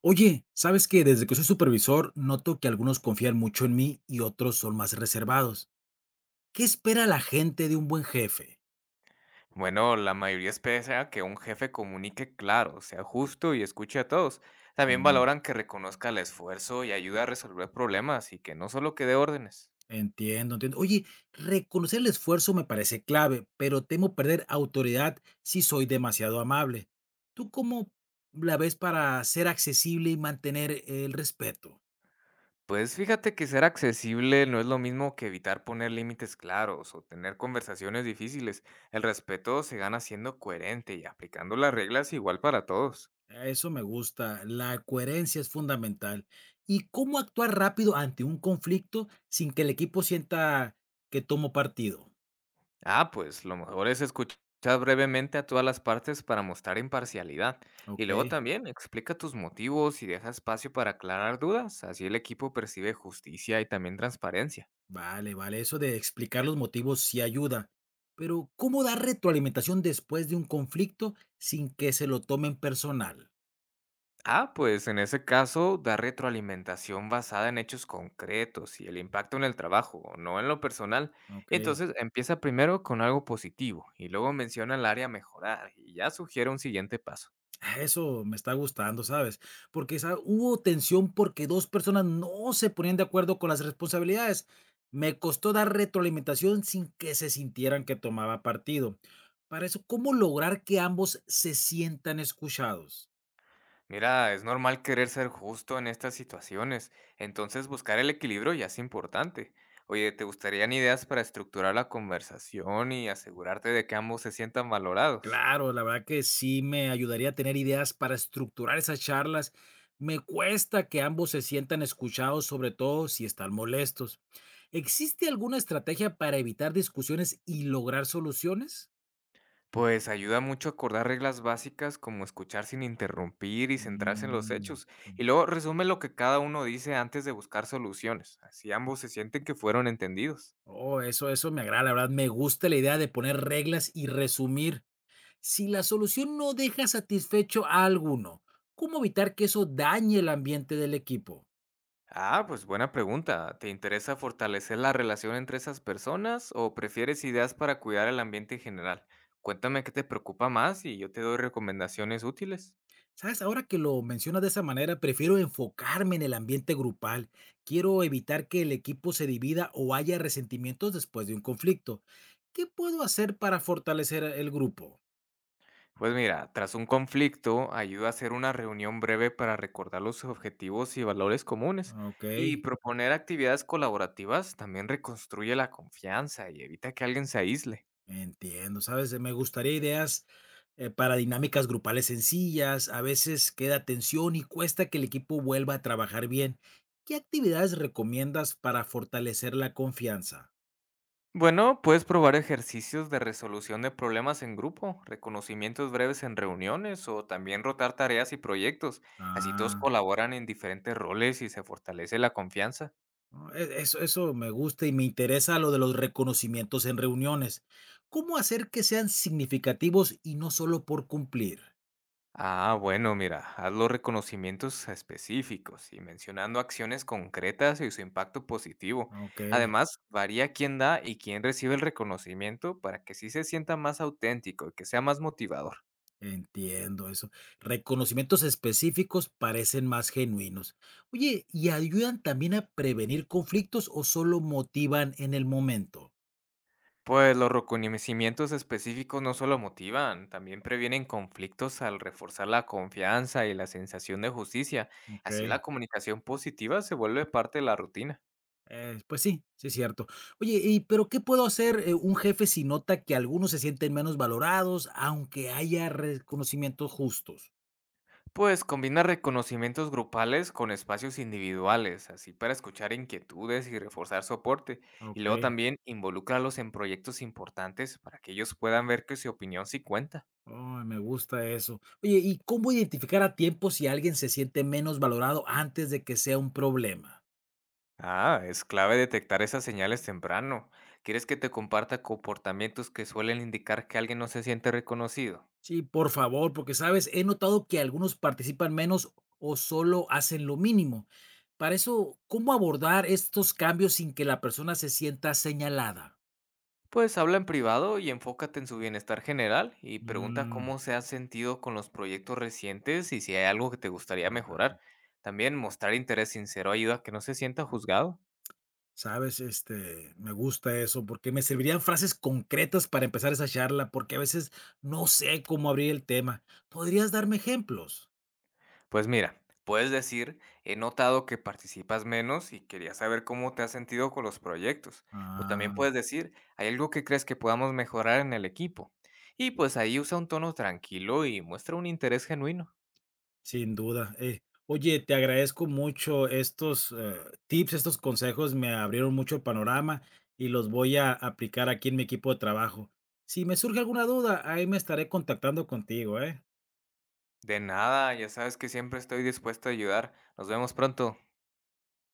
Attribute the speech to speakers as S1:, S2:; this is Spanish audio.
S1: Oye, ¿sabes qué? Desde que soy supervisor, noto que algunos confían mucho en mí y otros son más reservados. ¿Qué espera la gente de un buen jefe?
S2: Bueno, la mayoría espera que un jefe comunique claro, sea justo y escuche a todos. También
S1: Mm.
S2: valoran que reconozca el esfuerzo y ayude a resolver problemas y que no solo que dé órdenes.
S1: Entiendo, entiendo. Oye, reconocer el esfuerzo me parece clave, pero temo perder autoridad si soy demasiado amable. ¿Tú cómo la ves para ser accesible y mantener el respeto?
S2: Pues fíjate que ser accesible no es lo mismo que evitar poner límites claros o tener conversaciones difíciles. El respeto se gana siendo coherente y aplicando las reglas igual para todos.
S1: Eso me gusta. La coherencia es fundamental. ¿Y cómo actuar rápido ante un conflicto sin que el equipo sienta que tomo partido?
S2: Ah, pues lo mejor es escuchar brevemente a todas las partes para mostrar imparcialidad. Y
S1: Ok,
S2: luego también explica tus motivos y deja espacio para aclarar dudas. Así el equipo percibe justicia y también transparencia.
S1: vale, vale. Eso de explicar los motivos sí ayuda. Pero ¿cómo dar retroalimentación después de un conflicto sin que se lo tomen personal?
S2: Ah, pues en ese caso da retroalimentación basada en hechos concretos y el impacto en el trabajo, no en lo personal. Y
S1: Ok.
S2: entonces empieza primero con algo positivo y luego menciona el área a mejorar y ya sugiere un siguiente paso.
S1: Ah, eso me está gustando, ¿sabes? Porque hubo tensión porque dos personas no se ponían de acuerdo con las responsabilidades. Me costó dar retroalimentación sin que se sintieran que tomaba partido. Para eso, ¿cómo lograr que ambos se sientan escuchados?
S2: Mira, es normal querer ser justo en estas situaciones, entonces buscar el equilibrio ya es importante. Oye, ¿te gustarían ideas para estructurar la conversación y asegurarte de que ambos se sientan valorados?
S1: Claro, la verdad que sí me ayudaría a tener ideas para estructurar esas charlas. Me cuesta que ambos se sientan escuchados, sobre todo si están molestos. ¿Existe alguna estrategia para evitar discusiones y lograr soluciones?
S2: Pues ayuda mucho acordar reglas básicas como escuchar sin interrumpir y centrarse en los
S1: Mm,
S2: hechos,
S1: mm.
S2: y luego resume lo que cada uno dice antes de buscar soluciones, así ambos se sienten que fueron entendidos.
S1: Oh, eso me agrada, la verdad, me gusta la idea de poner reglas y resumir. Si la solución no deja satisfecho a alguno, ¿cómo evitar que eso dañe el ambiente del equipo?
S2: Ah, pues buena pregunta. ¿Te interesa fortalecer la relación entre esas personas o prefieres ideas para cuidar el ambiente en general? Cuéntame qué te preocupa más y yo te doy recomendaciones útiles.
S1: Sabes, ahora que lo mencionas de esa manera, prefiero enfocarme en el ambiente grupal. Quiero evitar que el equipo se divida o haya resentimientos después de un conflicto. ¿Qué puedo hacer para fortalecer el grupo?
S2: Pues mira, tras un conflicto, ayuda a hacer una reunión breve para recordar los objetivos y valores comunes.
S1: Ok.
S2: Y proponer actividades colaborativas también reconstruye la confianza y evita que alguien se aísle.
S1: Entiendo, ¿sabes? Me gustaría ideas para dinámicas grupales sencillas. A veces queda tensión y cuesta que el equipo vuelva a trabajar bien. ¿Qué actividades recomiendas para fortalecer la confianza?
S2: Bueno, puedes probar ejercicios de resolución de problemas en grupo, reconocimientos breves en reuniones o también rotar tareas y proyectos. Así todos
S1: Ah,
S2: colaboran en diferentes roles y se fortalece la confianza.
S1: no, eso, eso me gusta y me interesa lo de los reconocimientos en reuniones. ¿Cómo hacer que sean significativos y no solo por cumplir?
S2: Ah, bueno, mira, haz los reconocimientos específicos y mencionando acciones concretas y su impacto positivo.
S1: Ok.
S2: Además, varía quién da y quién recibe el reconocimiento para que sí se sienta más auténtico y que sea más motivador.
S1: Entiendo eso. Reconocimientos específicos parecen más genuinos. Oye, ¿y ayudan también a prevenir conflictos o solo motivan en el momento?
S2: Pues los reconocimientos específicos no solo motivan, también previenen conflictos al reforzar la confianza y la sensación de justicia. Así la
S1: Ok.
S2: comunicación positiva se vuelve parte de la rutina.
S1: Pues sí, sí es cierto. Oye, ¿y pero qué puedo hacer, un jefe, si nota que algunos se sienten menos valorados, aunque haya reconocimientos justos?
S2: Pues combina reconocimientos grupales con espacios individuales, así para escuchar inquietudes y reforzar soporte. Y luego
S1: Ok.
S2: también involúcralos en proyectos importantes para que ellos puedan ver que su opinión sí cuenta.
S1: Ay, me gusta eso. Oye, ¿y cómo identificar a tiempo si alguien se siente menos valorado antes de que sea un problema?
S2: Ah, es clave detectar esas señales temprano. ¿Quieres que te comparta comportamientos que suelen indicar que alguien no se siente reconocido?
S1: Sí, por favor, porque sabes, he notado que algunos participan menos o solo hacen lo mínimo. Para eso, ¿cómo abordar estos cambios sin que la persona se sienta señalada?
S2: Pues habla en privado y enfócate en su bienestar general y pregunta
S1: Mm,
S2: cómo se ha sentido con los proyectos recientes y si hay algo que te gustaría
S1: no, no, no.
S2: mejorar. También mostrar interés sincero ayuda a que no se sienta juzgado.
S1: Sabes, este, me gusta eso porque me servirían frases concretas para empezar esa charla, porque a veces no sé cómo abrir el tema. ¿Podrías darme ejemplos?
S2: Pues mira, puedes decir, he notado que participas menos y quería saber cómo te has sentido con los proyectos. O también
S1: Ah,
S2: puedes decir, ¿hay algo que crees que podamos mejorar en el equipo? Y pues ahí usa un tono tranquilo y muestra un interés genuino.
S1: sin duda. Oye, te agradezco mucho estos, tips, estos consejos, me abrieron mucho el panorama y los voy a aplicar aquí en mi equipo de trabajo. Si me surge alguna duda, ahí me estaré contactando contigo, ¿eh?
S2: De nada, ya sabes que siempre estoy dispuesto a ayudar. Nos vemos pronto.